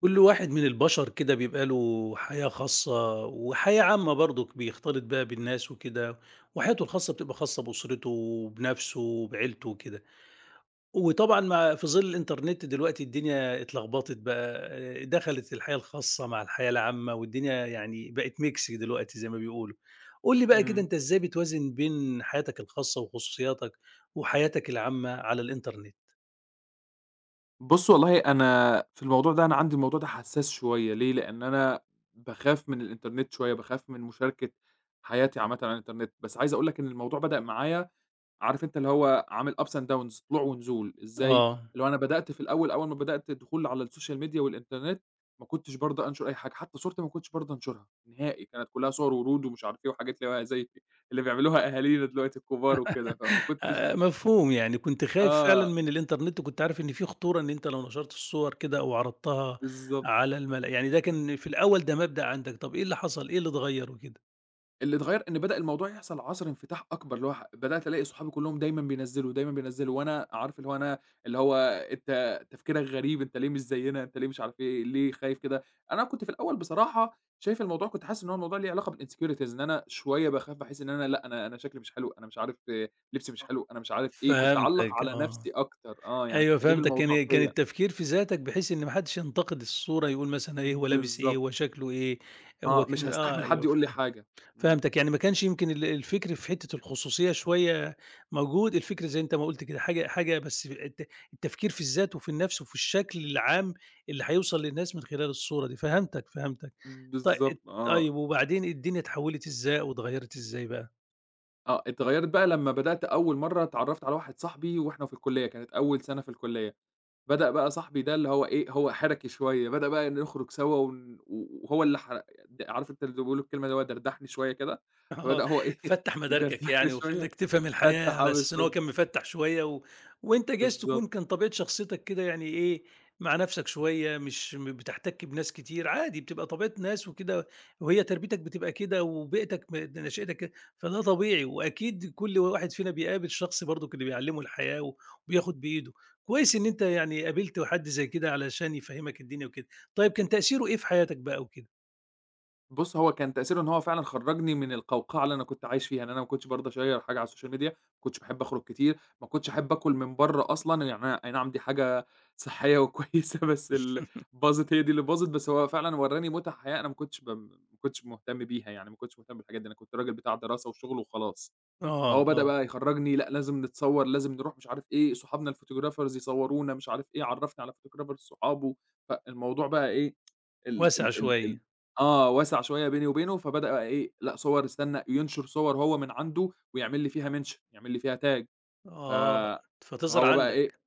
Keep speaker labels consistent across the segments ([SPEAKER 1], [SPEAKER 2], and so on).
[SPEAKER 1] كل واحد من البشر كده بيبقى له حياة خاصة وحياة عامة برضك بيختلط بها بالناس وكده. وحياته الخاصة بتبقى خاصة بأسرته وبنفسه وبعيلته وكده. وطبعا مع في ظل الإنترنت دلوقتي الدنيا اتلخبطت بقى. آه، دخلت الحياة الخاصة مع الحياة العامة والدنيا يعني بقت ميكس دلوقتي زي ما بيقولوا. قول لي بقى كده
[SPEAKER 2] إمم.
[SPEAKER 1] أنت إزاي بتوازن بين حياتك الخاصة وخصوصياتك وحياتك العامة على الإنترنت؟
[SPEAKER 2] بُص، والله أنا في الموضوع ده، عندي الموضوع ده حساس شوية. ليه؟ لإن أنا باخاف من الإنترنت شوية، باخاف من مشاركة حياتي عامةً على الإنترنت. بس عايز أقول لك إن الموضوع بدأ معايا، عارف أنت اللي هو عامل ups and downs، طلوع ونزول، إزاي؟
[SPEAKER 1] آه،
[SPEAKER 2] اللي هو أنا بدأت في الأول، أول ما بدأت الدخول على السوشيال ميديا والإنترنت، ما كنتش بارضى أنشر أي حاجة، حتى صورتي ما كنتش بارضى أنشرها نهائي، كانت كلها صور ورود ومش عارف إيه وحاجات اللي هو زي اللي بيعملوها أهالينا دلوقتي الكبار وكده، فما كنتش.
[SPEAKER 1] مفهوم، يعني كنت خايف فعلًا
[SPEAKER 2] آه،
[SPEAKER 1] من الإنترنت، وكنت عارف إن في خطورة إن أنت لو نشرت الصور كده أو عرضتها
[SPEAKER 2] بالضبط.
[SPEAKER 1] على الملا. يعني ده
[SPEAKER 2] إمم.
[SPEAKER 1] كان في الأول، ده مبدأ عندك، طب إيه اللي حصل، إيه اللي اتغيّر وكده؟
[SPEAKER 2] اللي اتغيّر إن بدأ الموضوع يحصل عَصْر انفتاح أكبر، اللي هو بدأت ألاقي صحابي كُلّهم دايمًا بينزّلوا، دايمًا بينزّلوا، وأنا عارف اللي هو أنا، اللي هو أنت تفكيرك غريب، أنت ليه مش زيّنا، أنت ليه مش عارف إيه، ليه خايف كده؟ أنا كنت في الأول بصراحة شايف الموضوع، كنت حاسس إن هو الموضوع ليه علاقة بالinsecurities، إن أنا شوية باخاف، باحس إن أنا لأ، أنا شكلي مش حلو، أنا مش عارف إيه، لبسي مش حلو، أنا مش عارف إيه، كنت أعلّق
[SPEAKER 1] فهمتك
[SPEAKER 2] على
[SPEAKER 1] آه،
[SPEAKER 2] نَفْسي أكتر، آه، يعني
[SPEAKER 1] أيوه
[SPEAKER 2] كنت أجيب
[SPEAKER 1] فهمتك،
[SPEAKER 2] الموضوع
[SPEAKER 1] كان
[SPEAKER 2] فيّا.
[SPEAKER 1] التفكير في ذاتك بحيث إن ما حدش ينتقد الصورة، يقول مثلًا إيه هو لابس إيه،
[SPEAKER 2] بالضبط،
[SPEAKER 1] هو شكله إيه، هو
[SPEAKER 2] آه، مش
[SPEAKER 1] كان آه
[SPEAKER 2] هاستحمل حد
[SPEAKER 1] أيوه
[SPEAKER 2] يقول لي
[SPEAKER 1] فاهم.
[SPEAKER 2] حاجة. إمم.
[SPEAKER 1] فهمتك، يعني ما كانش يمكن الفكر في حتّة الخصوصية شوية موجود، الفكر زي أنت ما قُلت كده حاجة بس التفكير في الذات وفي النَفْس وفي الشكل العام اللي هيوصل للناس من خلال الصورة دي، فهمتك، فهمتك. طي
[SPEAKER 2] بالضبط، آه،
[SPEAKER 1] طيب وبعدين الدنيا اتحوّلت إزاي أو اتغيّرت إزاي بقى؟
[SPEAKER 2] آه، اتغيّرت بقى لمّا بدأت أول مرّة، اتعرّفت على واحد صاحبي وإحنا في الكُلّية، كانت أول سَنة في الكُلّية. بدأ بقى صاحبي ده اللي هو إيه، هو حَرَكي شوية، بدأ بقى نخرُج سوا، ون وهو اللي ح د عارف أنت اللي بيقولوا الكلمة، اللي هو دردحني شوية كده،
[SPEAKER 1] آه،
[SPEAKER 2] فبدأ هو إيه،
[SPEAKER 1] فتّح مداركك
[SPEAKER 2] يدردحني
[SPEAKER 1] يعني
[SPEAKER 2] شوية،
[SPEAKER 1] وخلّاك تفهم الحياة
[SPEAKER 2] فتَّح آه
[SPEAKER 1] على أساس إن هو
[SPEAKER 2] بالضبط،
[SPEAKER 1] كان مفتّح شوية و وأنت جايز
[SPEAKER 2] بالضبط.
[SPEAKER 1] تكون كان طبيعة شخصيتك كده يعني إيه، مع نَفْسك شوية مش بتحتَك بناس كتير، عادي بتبقى طبيعة ناس وكده. وهي تربيتك بتبقى كده وبيئتك نشأتك كده، فده طبيعي وأكيد كل واحد فينا بيقابل شخص برضُك اللي بيعلّمه الحياة و وبياخُد بإيده. كويس إن أنت يعني قابلت حد زي كده علشان يفهّمك الدنيا وكده. طيب كان تأثيره إيه في حياتك بقى وكده؟
[SPEAKER 2] بُص، هو كان تأثيره إن هو فعلًا خرّجني من القوقعة اللي أنا كنت عايش فيها. يعني أنا ما كنتش بارضى أشيّر حاجة على السوشيال ميديا، ما كنتش باحب أخرج كتير، ما كنتش أحب آكل من برّه أصلًا. يعني أنا أي نعم دي حاجة صحّية وكويسة، بس باظت، هي دي اللي باظت. بس هو فعلًا ورّاني مُتع حياة أنا ما كنتش ما كنتش مهتم بيها يعني، ما كنتش مهتم بالحاجات دي، أنا كنت راجل بتاع دراسة وشغل وخلاص. فهو
[SPEAKER 1] آه،
[SPEAKER 2] بدأ
[SPEAKER 1] آه،
[SPEAKER 2] بقى يخرّجني، لأ لازم نتصوّر، لازم نروح مش عارف إيه، صحابنا الphotographers يصوّرونا، مش عارف إيه، عرّفني على photographers صحابه. فالموضوع بقى إيه، ال
[SPEAKER 1] واسع
[SPEAKER 2] ال ال ال
[SPEAKER 1] شوية.
[SPEAKER 2] آه، وَسَع شوية بيني وبينه، فبدأ بقى إيه، لأ صور، استنى ينشُر صور هو من عنده ويعمل لي فيها mention، يعمل لي فيها tag. ف
[SPEAKER 1] آه، فتظهر
[SPEAKER 2] فهو بقى إيه،
[SPEAKER 1] عندك،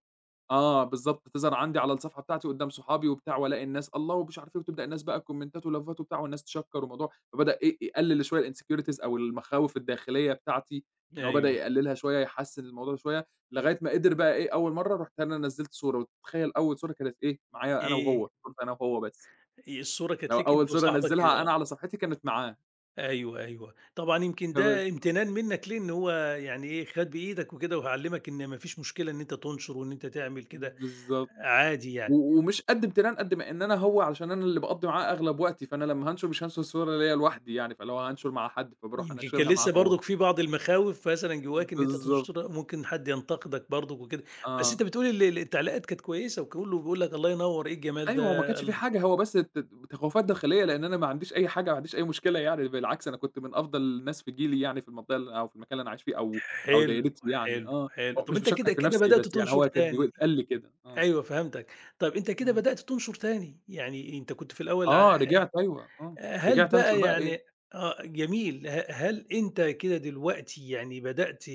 [SPEAKER 2] آه، بالضبط، تظهر عندي على الصفحة بتاعتي قدّام صحابي وبتاع، وألاقي الناس الله ومش عارف إيه، وتبدأ الناس بقى كومنتات ولافات وبتاع، والناس تشكّر والموضوع. فبدأ إيه، يقلل شوية الinsecurities أو المخاوف الداخلية بتاعتي، إن هو بدأ
[SPEAKER 1] أيوه،
[SPEAKER 2] يقللها شوية، يحسّن الموضوع شوية، لغاية ما قدر بقى إيه، أول مرّة رُحت، أنا نزّلت صورة، وتتخيّل أول صورة كانت إيه، معايا أنا
[SPEAKER 1] إيه،
[SPEAKER 2] وهو، صورة أنا وهو بس.
[SPEAKER 1] إيه الصورة كانت
[SPEAKER 2] لو
[SPEAKER 1] ليك
[SPEAKER 2] أول
[SPEAKER 1] أنت
[SPEAKER 2] صورة
[SPEAKER 1] وصاحبك
[SPEAKER 2] أنزّلها أنا
[SPEAKER 1] آه،
[SPEAKER 2] على صفحتي كانت معاه.
[SPEAKER 1] أيوه، أيوه، طبعًا يمكن
[SPEAKER 2] فب
[SPEAKER 1] ده امتنان منّك ليه إن هو يعني إيه، خَد بإيدك وكده وعلّمك إن ما فيش مشكلة إن أنت تنشر وإن أنت تعمل كده
[SPEAKER 2] بالضبط.
[SPEAKER 1] عادي يعني،
[SPEAKER 2] ومش قد امتنان قد ما إن أنا هو علشان أنا اللي باقضّي معاه أغلب وقتي، فأنا لمّا هانشر مش هانشر صورة ليّا لوحدي يعني، فاللي هو هانشر مع حد، فباروح
[SPEAKER 1] يمكن كان
[SPEAKER 2] أنشّرها معاه
[SPEAKER 1] لسه
[SPEAKER 2] هو.
[SPEAKER 1] برضك في بعض المخاوف مثلًا جواك إن أنت
[SPEAKER 2] بالضبط،
[SPEAKER 1] تنشرها ممكن حد ينتقدك برضك وكده، بس
[SPEAKER 2] آه.
[SPEAKER 1] أنت بتقول ال ال التعليقات كانت كويسة وكلّه بيقول لك الله ينوّر إيه الجمال
[SPEAKER 2] أيوه، هو ما
[SPEAKER 1] ده،
[SPEAKER 2] كانش في حاجة، هو بس تخوّفات داخلية، لإن أنا ما عنديش أي حاجة، ما عنديش أي مشكلة يعني. بالعكس أنا كنت من أفضل الناس في جيلي، يعني في المنطقة اللي، أو في المكان اللي أنا عايش فيه، أو أو
[SPEAKER 1] حلو،
[SPEAKER 2] دايرتي يعني
[SPEAKER 1] حلو،
[SPEAKER 2] آه.
[SPEAKER 1] حلو،
[SPEAKER 2] هو
[SPEAKER 1] طَب
[SPEAKER 2] مش
[SPEAKER 1] أنت
[SPEAKER 2] باشكّر
[SPEAKER 1] كده،
[SPEAKER 2] في
[SPEAKER 1] كده
[SPEAKER 2] نَفْسي، بس
[SPEAKER 1] بدأت
[SPEAKER 2] يعني
[SPEAKER 1] تنشر
[SPEAKER 2] هو كان
[SPEAKER 1] تاني.
[SPEAKER 2] بيقول، قال لي كده، آه.
[SPEAKER 1] أيوه فهمتك. طَب أنت كده
[SPEAKER 2] إمم.
[SPEAKER 1] بدأت تنشُر تاني، يعني أنت كنت في الأول
[SPEAKER 2] آه، رجعت أيوه، آه.
[SPEAKER 1] هل
[SPEAKER 2] رجعت أنشر
[SPEAKER 1] بقى
[SPEAKER 2] بقى إيه.
[SPEAKER 1] يعني آه، جميل. هل أنت كده دلوقتي يعني بدأت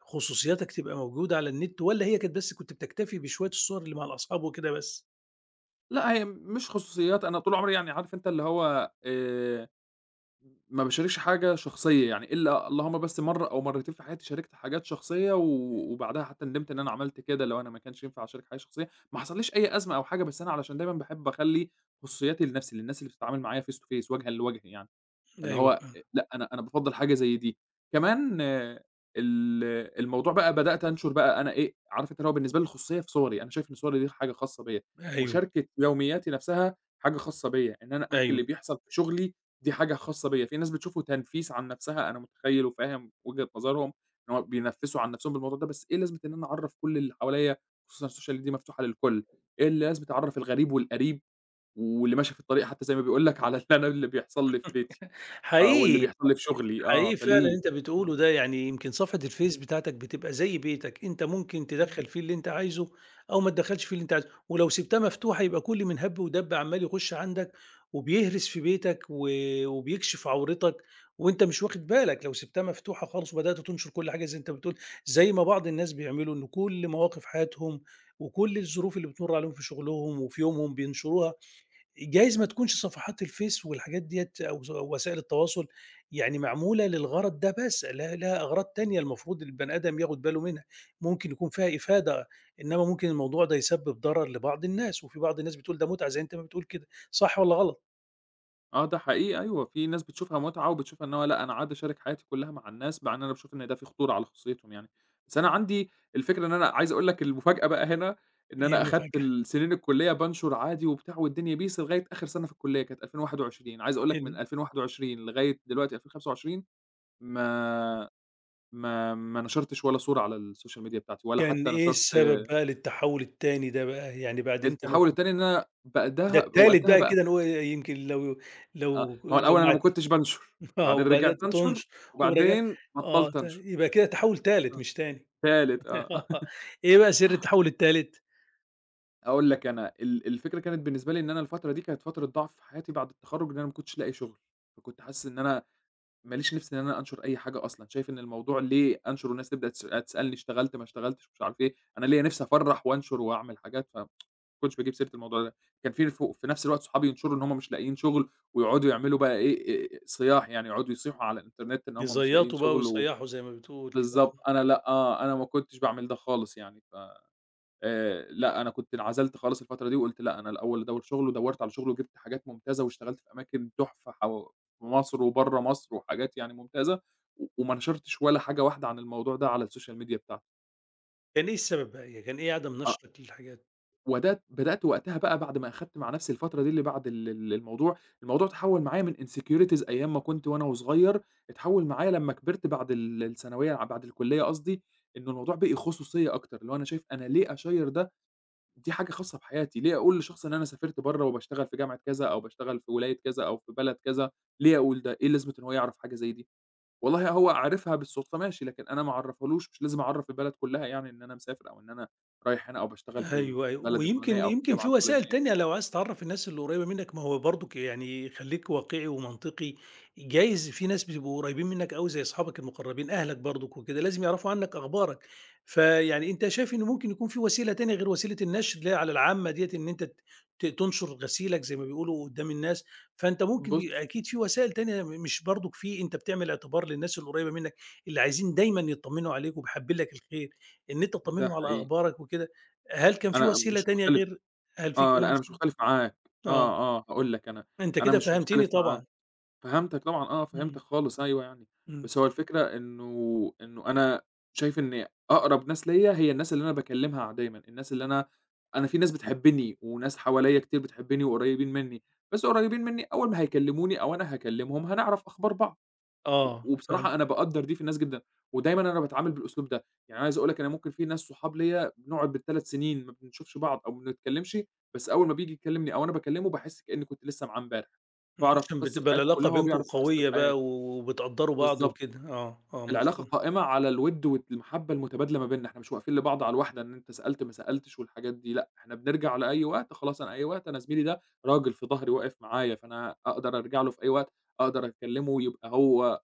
[SPEAKER 1] خصوصياتك تبقى موجودة على النت والّا هي كانت بس كنت بتكتفي بشوية الصور اللي مع الأصحاب وكده بس؟
[SPEAKER 2] لأ، هي مش خصوصيات، أنا طول عمري يعني عارف أنت اللي هو ما باشاركش حاجة شخصية يعني، إلا اللهم بس مرّة أو مرّتين في حياتي شاركت حاجات شخصية، وبعدها حتى ندمت إن أنا عملت كده. اللي هو أنا ما كانش ينفع أشارك حاجة شخصية، ما حصلّيش أي أزمة أو حاجة، بس أنا علشان دايمًا باحب أخلّي خصوصياتي لنَفْسي، للناس اللي بتتعامل معايا face to face، وجهًا لوجه يعني. فاللي
[SPEAKER 1] أيوه
[SPEAKER 2] هو
[SPEAKER 1] فاهم،
[SPEAKER 2] لأ، أنا بافضّل حاجة زي دي. كمان آه. ال الموضوع بقى، بدأت أنشُر بقى أنا إيه، عارف أنت اللي هو بالنسبة لي الخصوصية في صوري، أنا شايف إن صوري دي حاجة خاصة بيّا،
[SPEAKER 1] أيوه،
[SPEAKER 2] مشاركة يومياتي نَفْسها حاجة خاصة بيّا، إن أنا أحكي
[SPEAKER 1] أيوه.
[SPEAKER 2] اللي بيحصل في شُغلي دي حاجة خاصة بيّا. في ناس بتشوفه تنفيس عن نَفْسها، أنا متخيّل وفاهم وجهة نظرهم إن هو بينفّسوا عن نَفْسهم بالموضوع ده، بس إيه لازمة إن أنا أعرّف كل اللي حواليّا، خصوصًا الsocial دي مفتوحة للكل، إيه لازمة أعرّف الغريب والقريب واللي ماشي في الطريق حتّى، زي ما بيقول لك، على اللي أنا اللي بيحصل لي في بيتي. آه، واللي
[SPEAKER 1] حقيقي.
[SPEAKER 2] بيحصل لي في شغلي آه،
[SPEAKER 1] حقيقي فعلًا اللي
[SPEAKER 2] فليه؟
[SPEAKER 1] أنت
[SPEAKER 2] آه،
[SPEAKER 1] بتقوله ده، يعني يمكن صفحة الفيس بتاعتك بتبقى زي بيتك، أنت ممكن
[SPEAKER 2] إمم،
[SPEAKER 1] تدخّل فيه اللي أنت عايزه أو ما تدخّلش فيه اللي أنت عايزه، ولو سِبتها مفتوحة يبقى كل من هَب ودَب عمّال يخش عندك وبيهرس في بيتك و وبيكشف عورتك وأنت مش واخد بالك، لو سِبتها مفتوحة خالص وبدأت تنشر كل حاجة زي أنت بتقول، زي ما بعض الناس بيعملوا إن كل مواقف حياتهم وكل الظروف اللي بتمُر عليهم في شغلهم وفي يومهم بينشروها، جايز ما تكونش صفحات الفيس والحاجات ديّة أو س أو وسائل التواصل يعني معمولة للغرض ده بس، لها أغراض تانية المفروض البني آدم ياخد باله منها، ممكن يكون فيها إفادة، إنما ممكن الموضوع ده يسبب ضرر لبعض الناس، وفي بعض الناس بتقول ده متعة زي أنت ما بتقول كده، صح والّا غلط؟
[SPEAKER 2] آه، ده حقيقي أيوه، في ناس بتشوفها متعة وبتشوفها إن هو لأ، أنا عادي أشارك حياتي كلّها مع الناس، مع إن أنا باشوف إن ده فيه خطورة على خصوصيتهم يعني. بس أنا عندي الفكرة، إن أنا عايز أقول لك المفاجأة بقى هنا، إن
[SPEAKER 1] إيه
[SPEAKER 2] أنا أخدت
[SPEAKER 1] المفاجأة؟
[SPEAKER 2] سنين الكلية بانشر عادي وبتاع والدنيا peace لغاية آخر سنة في الكلية كانت 2021. عايز أقول لك من
[SPEAKER 1] ال
[SPEAKER 2] 2021 لغاية دلوقتي 2025 ما ما نشرتش ولا صورة على السوشيال ميديا بتاعتي، ولا
[SPEAKER 1] كان
[SPEAKER 2] حتى
[SPEAKER 1] إيه
[SPEAKER 2] نشرت.
[SPEAKER 1] السبب بقى للتحول التاني ده بقى؟ يعني بعد أنت ما
[SPEAKER 2] التحوّل
[SPEAKER 1] كنت
[SPEAKER 2] التاني إن أنا
[SPEAKER 1] ده
[SPEAKER 2] بعدها
[SPEAKER 1] التالت
[SPEAKER 2] وقتها
[SPEAKER 1] بقى
[SPEAKER 2] بقى،
[SPEAKER 1] كده نقول إيه، يمكن لو
[SPEAKER 2] آه،
[SPEAKER 1] لو
[SPEAKER 2] ما هو
[SPEAKER 1] لو
[SPEAKER 2] الأول أنا
[SPEAKER 1] ما
[SPEAKER 2] ما كنتش بانشر،
[SPEAKER 1] آه
[SPEAKER 2] وبعدين رجعت
[SPEAKER 1] وبدأت
[SPEAKER 2] أنشر،
[SPEAKER 1] تنش ورجع
[SPEAKER 2] وبعدين
[SPEAKER 1] آه
[SPEAKER 2] بطّلت أنشر،
[SPEAKER 1] يبقى كده تحول تالت
[SPEAKER 2] آه،
[SPEAKER 1] مش تاني.
[SPEAKER 2] تالت آه،
[SPEAKER 1] إيه بقى سر التحوّل التالت؟
[SPEAKER 2] أقول لك أنا. الفكرة كانت بالنسبة لي إن أنا الفترة دي كانت فترة ضعف في حياتي بعد التخرُّج، إن أنا ما كنتش لاقي شغل. فكنت حاسس إن أنا ما ليش نِفْس إن أنا أنشر أي حاجة أصلًا، شايف إن الموضوع ليه أنشر والناس تبدأ تسألني اشتغلت ما اشتغلتش مش عارف إيه. أنا ليّا نِفْسي أفرّح وأنشر وأعمل حاجات، ما كنتش باجيب سيرة الموضوع ده. كان في في نَفْس الوقت صحابي ينشروا إن هم مش لاقيين شغل، ويقعدوا يعملوا بقى إيه، صياح يعني، يقعدوا يصيحوا على الإنترنت إن هم مش لاقيين
[SPEAKER 1] يزيّطوا بقى
[SPEAKER 2] شغل
[SPEAKER 1] ويصيّحوا زي ما بتقول كده،
[SPEAKER 2] بالضبط، أنا لأ، آه، أنا ما كنتش باعمل ده خالص يعني. ف لأ، أنا كنت انعزلت خالص الفترة دي وقُلت لأ، أنا الأول أدوّر شغل، ودوّرت على شغل وجِبت حاجات ممتازة واشتغلت في أماكن تحفة في مصر وبرّه مصر وحاجات يعني ممتازة. وما نشرتش ولا حاجة واحدة عن الموضوع ده على السوشيال ميديا بتاعتي.
[SPEAKER 1] كان إيه السبب بقى، يعني كان إيه عدم
[SPEAKER 2] آه،
[SPEAKER 1] نشرك للحاجات؟
[SPEAKER 2] وده بدأت وقتها بقى بعد ما أخدت مع نفسي الفترة دي اللي بعد ال ال الموضوع، الموضوع اتحوّل معايا من insecurities أيام ما كنت وأنا وصغير، اتحوّل معايا لمّا كبرت بعد الثانوية، بعد الكلية قصدي، إنه الموضوع بقي خصوصية أكتر. اللي هو أنا شايف أنا ليه أشيّر ده؟ دي حاجة خاصة بحياتي. ليه أقول لشخص إن أنا سافرت برّه وباشتغل في جامعة كذا، أو باشتغل في ولاية كذا أو في بلد كذا، ليه أقول ده؟ إيه لازمة إن هو يعرف حاجة زي دي؟ والله هو عارفها بالصدفة ماشي، لكن أنا ما أعرّفهالوش. مش لازم أعرّف البلد كلّها يعني إن أنا مسافر، أو إن أنا رايح هنا، أو باشتغل في
[SPEAKER 1] أيوه، أيوه،
[SPEAKER 2] البلد الفلانية
[SPEAKER 1] ويمكن
[SPEAKER 2] أو في
[SPEAKER 1] يمكن
[SPEAKER 2] الجامعة
[SPEAKER 1] في وسائل
[SPEAKER 2] الفلانية.
[SPEAKER 1] تانية لو عايز تعرّف الناس اللي قريّبة منّك، ما هو برضُك يعني خلّيك واقعي ومنطقي، جايز في ناس بيبقوا قريّبين منّك أوي زي أصحابك المقرّبين، أهلك برضُك وكده، لازم يعرفوا عنّك أخبارك، فيعني أنت شايف إن ممكن يكون في وسيلة تانية غير وسيلة النشر اللي هي على العامة ديّة، إن أنت تنشر غسيلك زي ما بيقولوا قدّام الناس، فأنت ممكن
[SPEAKER 2] بُص،
[SPEAKER 1] أكيد في وسائل تانية مش برضُك في أنت بتعمل اعتبار للناس القريّبة منّك، اللي عايزين دايمًا يتطمّنوا عليك وبيحبّوا لك الخير، إن أنت
[SPEAKER 2] ده
[SPEAKER 1] تطمّنهم على
[SPEAKER 2] حقيقي،
[SPEAKER 1] أخبارك وكده. هل كان في
[SPEAKER 2] أنا
[SPEAKER 1] وسيلة
[SPEAKER 2] مش
[SPEAKER 1] تانية
[SPEAKER 2] مختلف.
[SPEAKER 1] غير هل في
[SPEAKER 2] آه،
[SPEAKER 1] كمان
[SPEAKER 2] لأ أنا
[SPEAKER 1] وسيلة
[SPEAKER 2] مش مختلف معاك،
[SPEAKER 1] آه،
[SPEAKER 2] آه، آه، هاقول لك أنا،
[SPEAKER 1] أنت
[SPEAKER 2] أنا
[SPEAKER 1] كده
[SPEAKER 2] مش
[SPEAKER 1] فهمتني
[SPEAKER 2] مختلف
[SPEAKER 1] طبعًا،
[SPEAKER 2] معاك. فهمتك طبعًا آه،
[SPEAKER 1] إمم،
[SPEAKER 2] فهمتك خالص أيوه يعني.
[SPEAKER 1] إمم،
[SPEAKER 2] بس هو الفكرة إنه أنا شايف إن أقرب ناس ليّا هي الناس اللي أنا باكلّمها دايمًا، الناس اللي أنا، أنا في ناس بتحبّني وناس حواليّا كتير بتحبّني وقريّبين منّي، بس قريّبين منّي، أول ما هيكلّموني أو أنا هاكلّمهم هنعرف أخبار بعض.
[SPEAKER 1] آه فهمت،
[SPEAKER 2] وبصراحة أنا باقدّر دي في الناس جدًا. ودايمًا أنا باتعامل بالأسلوب ده، يعني عايز أقول لك أنا ممكن في ناس صحاب ليّا بنقعد بال3 سنين ما بنشوفش بعض أو ما بنتكلمش، بس أول ما بييجي يكلمني أو أنا باكلمه باحس كإني كنت لسه معاه امبارح،
[SPEAKER 1] إمم،
[SPEAKER 2] باعرف
[SPEAKER 1] عشان
[SPEAKER 2] قصة
[SPEAKER 1] بتبقى
[SPEAKER 2] حياته
[SPEAKER 1] العلاقة
[SPEAKER 2] كلها وهو
[SPEAKER 1] بينكم
[SPEAKER 2] بيعرف قصة
[SPEAKER 1] قوية بقى
[SPEAKER 2] حياتي.
[SPEAKER 1] و وبتقدّروا بعض
[SPEAKER 2] بالضبط،
[SPEAKER 1] وكده، آه، آه
[SPEAKER 2] العلاقة
[SPEAKER 1] مفهوم.
[SPEAKER 2] قائمة على الوِد والمحبة المتبادلة ما بيننا. إحنا مش واقفين لبعض على الواحدة، إن أنت سألت ما سألتش والحاجات دي، لأ، إحنا بنرجع لأي وقت خلاص. أنا أي وقت أنا زميلي ده راجل في ضهري واقف معايا، فأنا أقدر أرجع له في أي وقت، أقدر أكلمه يبقى هو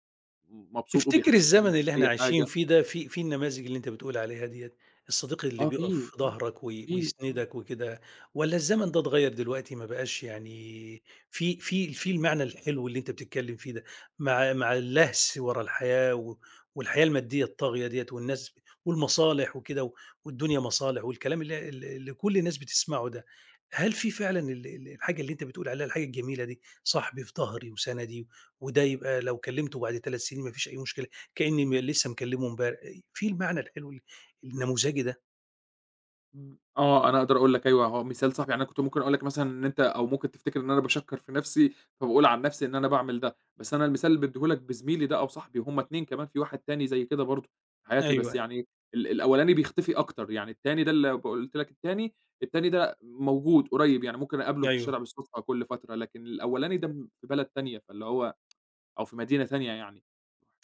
[SPEAKER 2] مبسوط،
[SPEAKER 1] تفتكر
[SPEAKER 2] وبيحسسني إن ما
[SPEAKER 1] الزمن
[SPEAKER 2] فيش
[SPEAKER 1] اللي إحنا
[SPEAKER 2] أي
[SPEAKER 1] عايشين
[SPEAKER 2] حاجة.
[SPEAKER 1] فيه ده فيه النماذج اللي أنت بتقول عليها ديّة، الصديق اللي
[SPEAKER 2] آه
[SPEAKER 1] بيقف
[SPEAKER 2] في،
[SPEAKER 1] في
[SPEAKER 2] آه
[SPEAKER 1] ضهرك
[SPEAKER 2] في، آه،
[SPEAKER 1] ويسندك وكده، والّا الزمن ده اتغيّر دلوقتي ما بقاش يعني في المعنى الحلو اللي أنت بتتكلم فيه ده، مع اللهس ورا الحياة و والحياة المادية الطاغية ديّة والناس والمصالح وكده و والدنيا مصالح والكلام اللي اللي كل الناس بتسمعه ده، هل في فعلًا ال ال الحاجة اللي أنت بتقول عليها الحاجة الجميلة دي، صاحبي في ضهري وسندي وده يبقى لو كلّمته بعد 3 سنين ما فيش أي مشكلة، كإنّي لسّه مكلّمه امبار في المعنى الحلو النموذجي ده.
[SPEAKER 2] إمم، آه، أنا أقدر أقول لك أيوه هو مثال صح. يعني أنا كنت ممكن أقول لك مثلًا إن أنت أو ممكن تفتكر إن أنا باشكّر في نفسي، فباقول عن نفسي إن أنا باعمل ده، بس أنا المثال اللي بادّيه لك بزميلي ده أو صاحبي، هُم 2، كمان في واحد تاني زي كده برضه في حياتي. بس
[SPEAKER 1] أيوه،
[SPEAKER 2] يعني الأولاني بيختفي أكتر، يعني التاني ده اللي قُلت لك، التاني، التاني ده موجود قريب، يعني ممكن أقابله في الشارع
[SPEAKER 1] أيوه.
[SPEAKER 2] بالصدفة كل فترة، لكن الأولاني ده في بلد تانية، فاللي هو أو في مدينة تانية يعني،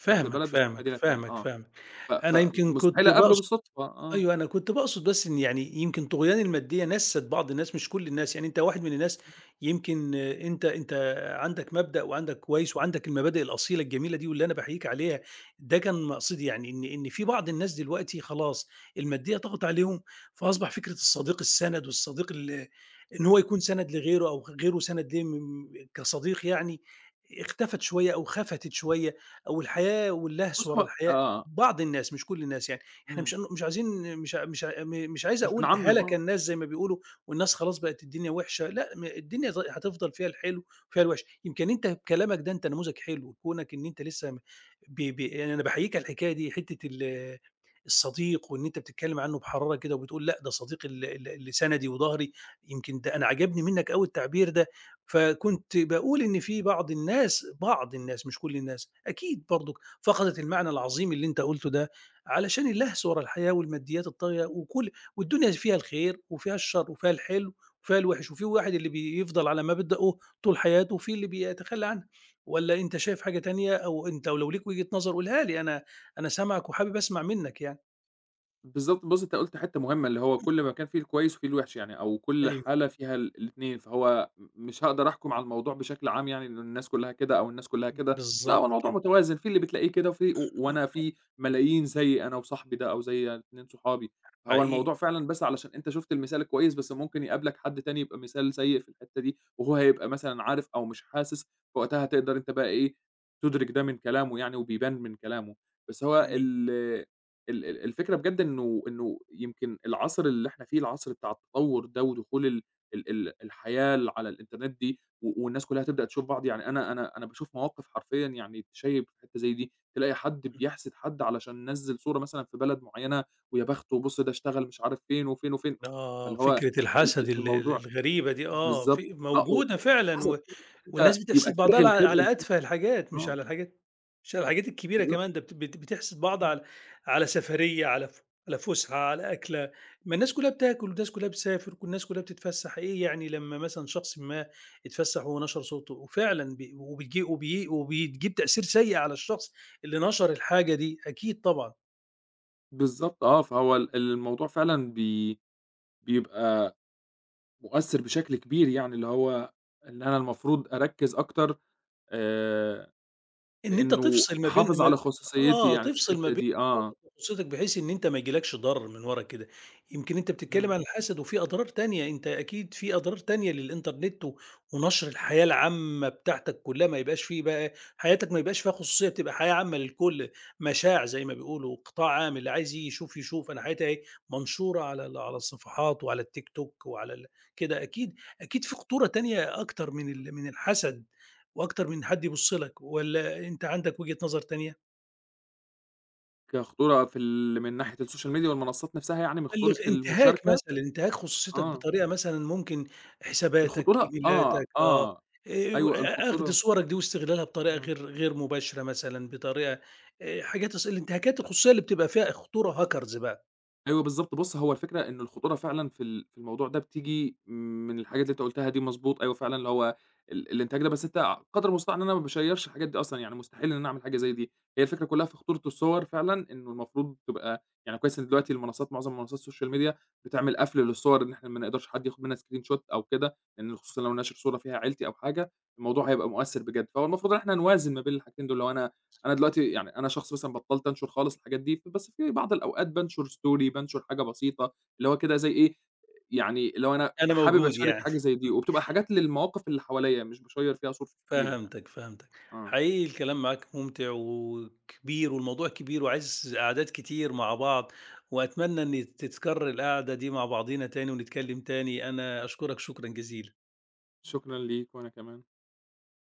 [SPEAKER 2] في نفس البلد بس هو في
[SPEAKER 1] فاهمك،
[SPEAKER 2] مدينة تانية،
[SPEAKER 1] فاهمك،
[SPEAKER 2] آه.
[SPEAKER 1] فاهمك. أنا يمكن كنت
[SPEAKER 2] فمستحيل أقابله
[SPEAKER 1] باقص
[SPEAKER 2] بالصدفة آه.
[SPEAKER 1] أيوه، أنا كنت باقصد بس إن يعني يمكن طُغيان المادية نَسّت بعض الناس مش كل الناس، يعني أنت واحد من الناس يمكن آه، أنت عندك مبدأ وعندك كويس وعندك المبادئ الأصيلة الجميلة دي واللي أنا باحييك عليها، ده كان مقصدي يعني إن في بعض الناس دلوقتي خلاص المادية طَغَت عليهم، فأصبح فكرة الصديق السَنَد والصديق إن هو يكون سَنَد لغيره أو غيره سَنَد ليه كصديق يعني اختفت شوية أو خَفَتت شوية أو الحياة واللهْس
[SPEAKER 2] بُص
[SPEAKER 1] ورا
[SPEAKER 2] هو
[SPEAKER 1] الحياة،
[SPEAKER 2] آه،
[SPEAKER 1] بعض الناس مش كل الناس يعني. إحنا
[SPEAKER 2] إمم،
[SPEAKER 1] مش عايزين مش ع مش ع م مش عايز
[SPEAKER 2] مش
[SPEAKER 1] أقول
[SPEAKER 2] بنعمِّم آه،
[SPEAKER 1] هلك
[SPEAKER 2] آه.
[SPEAKER 1] الناس زي ما بيقولوا، والناس خلاص بقت الدنيا وِحشة، لأ الدنيا هتفضل فيها الحلو وفيها الوِحش، يمكن أنت بكلامك ده أنت نموذج حلو، كونك إن أنت لسه م ب ب يعني أنا باحييك على الحكاية دي، حتة الصديق وإن أنت بتتكلم عنه بحرارة كده وبتقول لأ ده صديقي ال ال اللي سندي وضهري، يمكن ده أنا عجبني منك أوي التعبير ده، فكنت باقول إن في بعض الناس، بعض الناس مش كل الناس، أكيد برضك فقدت المعنى العظيم اللي أنت قُلته ده. علشان اللهث ورا الحياة والماديات الطاغية وكل والدنيا فيها الخير وفيها الشر وفيها الحلو وفيها الوحش وفي واحد اللي بيفضل على مبدأه طول حياته وفي اللي بيتخلى عنه، ولا انت شايف حاجة تانية او انت ولو ليك وجهة نظر قولها لي انا، انا سامعك وحابب اسمع منك يعني.
[SPEAKER 2] بالضبط، بُص أنت قُلت حتّة مهمة، اللي هو كل مكان فيه الكويس وفيه الوحش يعني، أو كل
[SPEAKER 1] أيوه،
[SPEAKER 2] حالة فيها الاتنين، فهو مش هاقدر أحكم على الموضوع بشكل عام يعني إنه الناس كلّها كده أو الناس كلّها كده. لأ هو
[SPEAKER 1] بالضبط
[SPEAKER 2] الموضوع
[SPEAKER 1] كده،
[SPEAKER 2] متوازن، في اللي بتلاقيه كده و وأنا في ملايين زيي، أنا وصاحبي ده أو زي 2 صحابي. فهو
[SPEAKER 1] حقيقي،
[SPEAKER 2] الموضوع فعلًا، بس علشان أنت شُفت المثال الكويس، بس ممكن يقابلك حد تاني يبقى مثال سيء في الحتّة دي، وهو هيبقى مثلًا عارف أو مش حاسس، فوقتها هتقدر أنت بقى إيه، تُدرك ده من كلامه يعني وبيبان من كلامه. بس هو
[SPEAKER 1] حقيقي.
[SPEAKER 2] ال ال ال الفكرة بجد إنه يمكن العصر اللي إحنا فيه، العصر بتاع التطوّر ده ودخول ال ال ال الحياة اللي على الإنترنت دي، والناس كلّها تبدأ تشوف بعض. يعني أنا باشوف مواقف حرفيًا يعني تشيّب في حتّة زي دي، تلاقي حد
[SPEAKER 1] إمم.
[SPEAKER 2] بيحسد حد علشان نزّل صورة مثلًا في بلد معيّنة، ويا بخته، بُص ده اشتغل مش عارف فين وفين وفين.
[SPEAKER 1] آه،
[SPEAKER 2] فاللي هو
[SPEAKER 1] فكرة
[SPEAKER 2] ال
[SPEAKER 1] الحسد
[SPEAKER 2] ال
[SPEAKER 1] ال ال
[SPEAKER 2] الموضوع
[SPEAKER 1] الغريبة دي آه،
[SPEAKER 2] بالضبط، آه،
[SPEAKER 1] موجودة فعلًا
[SPEAKER 2] وحسد،
[SPEAKER 1] و
[SPEAKER 2] أنت
[SPEAKER 1] والناس
[SPEAKER 2] يبقى
[SPEAKER 1] بتحسد بعضها
[SPEAKER 2] كاره
[SPEAKER 1] على
[SPEAKER 2] الخير
[SPEAKER 1] على
[SPEAKER 2] للشخص.
[SPEAKER 1] أتفه الحاجات، مش
[SPEAKER 2] آه،
[SPEAKER 1] على الحاجات مش على الحاجات الكبيرة
[SPEAKER 2] بالضبط،
[SPEAKER 1] كمان، ده بت بت بتحسد بعض
[SPEAKER 2] إمم،
[SPEAKER 1] على على سفرية، على على فُسحة، على أكلة، ما الناس كلّها بتاكل والناس كلّها بتسافر والناس كلّها بتتفسّح، إيه يعني لمّا مثلًا شخص ما اتفسّح ونشر صورته، وفعلًا وبتجي وبتجيب تأثير سيء على الشخص اللي نشر الحاجة دي، أكيد طبعًا.
[SPEAKER 2] بالضبط آه، فهو الموضوع فعلًا بيبقى مؤثّر بشكل كبير يعني، اللي هو إن أنا المفروض أركّز أكتر آآ
[SPEAKER 1] إن
[SPEAKER 2] في
[SPEAKER 1] أنت
[SPEAKER 2] إنه
[SPEAKER 1] تفصل ما بين
[SPEAKER 2] أحافظ
[SPEAKER 1] ما
[SPEAKER 2] على خصوصيتي
[SPEAKER 1] آه،
[SPEAKER 2] يعني في
[SPEAKER 1] تفصل ما
[SPEAKER 2] الحتّة
[SPEAKER 1] بين
[SPEAKER 2] دي آه،
[SPEAKER 1] تخصصِك بحيث إن أنت ما يجيلكش ضرر من ورا كده، يمكن أنت بتتكلم
[SPEAKER 2] إمم.
[SPEAKER 1] عن الحسد وفي أضرار تانية، أنت أكيد في أضرار تانية للإنترنت و ونشر الحياة العامة بتاعتك كلها، ما يبقاش في بقى حياتك ما يبقاش فيها خصوصية، بتبقى حياة عامة للكل، مشاع زي ما بيقولوا، قطاع عام، اللي عايز يشوف يشوف، أنا حياتي أهي منشورة على على الصفحات وعلى التيك توك وعلى كده، أكيد. أكيد في خطورة تانية أكتر من من الحسد وأكتر من حد يبُص لك، والّا أنت عندك وجهة نظر تانية؟
[SPEAKER 2] كخطورة في ال، من ناحية الSocial media والمنصّات نَفْسها يعني، من خطورة
[SPEAKER 1] بلّغ انتهاك
[SPEAKER 2] المشاركة،
[SPEAKER 1] مثلًا، انتهاك خصوصيتك
[SPEAKER 2] آه،
[SPEAKER 1] بطريقة مثلًا ممكن حساباتك،
[SPEAKER 2] الخطورة آه،
[SPEAKER 1] إيميلاتك آه،
[SPEAKER 2] آه،
[SPEAKER 1] و
[SPEAKER 2] أيوه
[SPEAKER 1] أخْد
[SPEAKER 2] الخطورة.
[SPEAKER 1] صورك دي واستغلالها بطريقة
[SPEAKER 2] إمم.
[SPEAKER 1] غير مباشرة مثلًا، بطريقة حاجات الانتهاكات الخصوصية اللي بتبقى فيها خطورة hackers بقى،
[SPEAKER 2] أيوه بالضبط، بُص هو الفكرة إن الخطورة فعلًا في في الموضوع ده بتيجي من الحاجات اللي أنت قُلتها دي مضبوط. أيوه فعلًا اللي هو الإنتاج ده، بس أنت قدر المستطاع إن أنا ما باشيّرش الحاجات دي أصلًا، يعني مستحيل إن أنا أعمل حاجة زي دي. هي الفكرة كلّها في خطورة الصور فعلًا، إنه المفروض تبقى يعني كويس إن دلوقتي المنصات، معظم منصات السوشيال ميديا بتعمل قفل للصور، إن إحنا ما نقدرش حد ياخد منها screenshot أو كده، لإن خصوصًا لو ناشر صورة فيها عيلتي أو حاجة، الموضوع هيبقى مؤثر بجد. فهو المفروض إن إحنا نوازن ما بين الحاجتين دول. لو أنا، أنا دلوقتي يعني أنا شخص مثلًا بطّلت أنشر خالص الحاجات دي، بس في بعض الأوقات بانشر story، بانشر حاجة بسيطة، اللي هو كده زي إيه، يعني اللي هو أنا
[SPEAKER 1] أنا
[SPEAKER 2] حابب
[SPEAKER 1] موجود
[SPEAKER 2] أشارك
[SPEAKER 1] يعني،
[SPEAKER 2] حاجة زي دي، وبتبقى حاجات للمواقف اللي حواليّا مش باشيّر فيها صورتي كتير يعني.
[SPEAKER 1] فهمتك، فهمتك.
[SPEAKER 2] آه،
[SPEAKER 1] حقيقي الكلام معاك ممتع وكبير والموضوع كبير وعايز قعدات كتير مع بعض، وأتمنى إن تتكرر القعدة دي مع بعضينا تاني ونتكلم تاني، أنا أشكرك شكرًا جزيلًا.
[SPEAKER 2] شكرًا ليك وأنا كمان.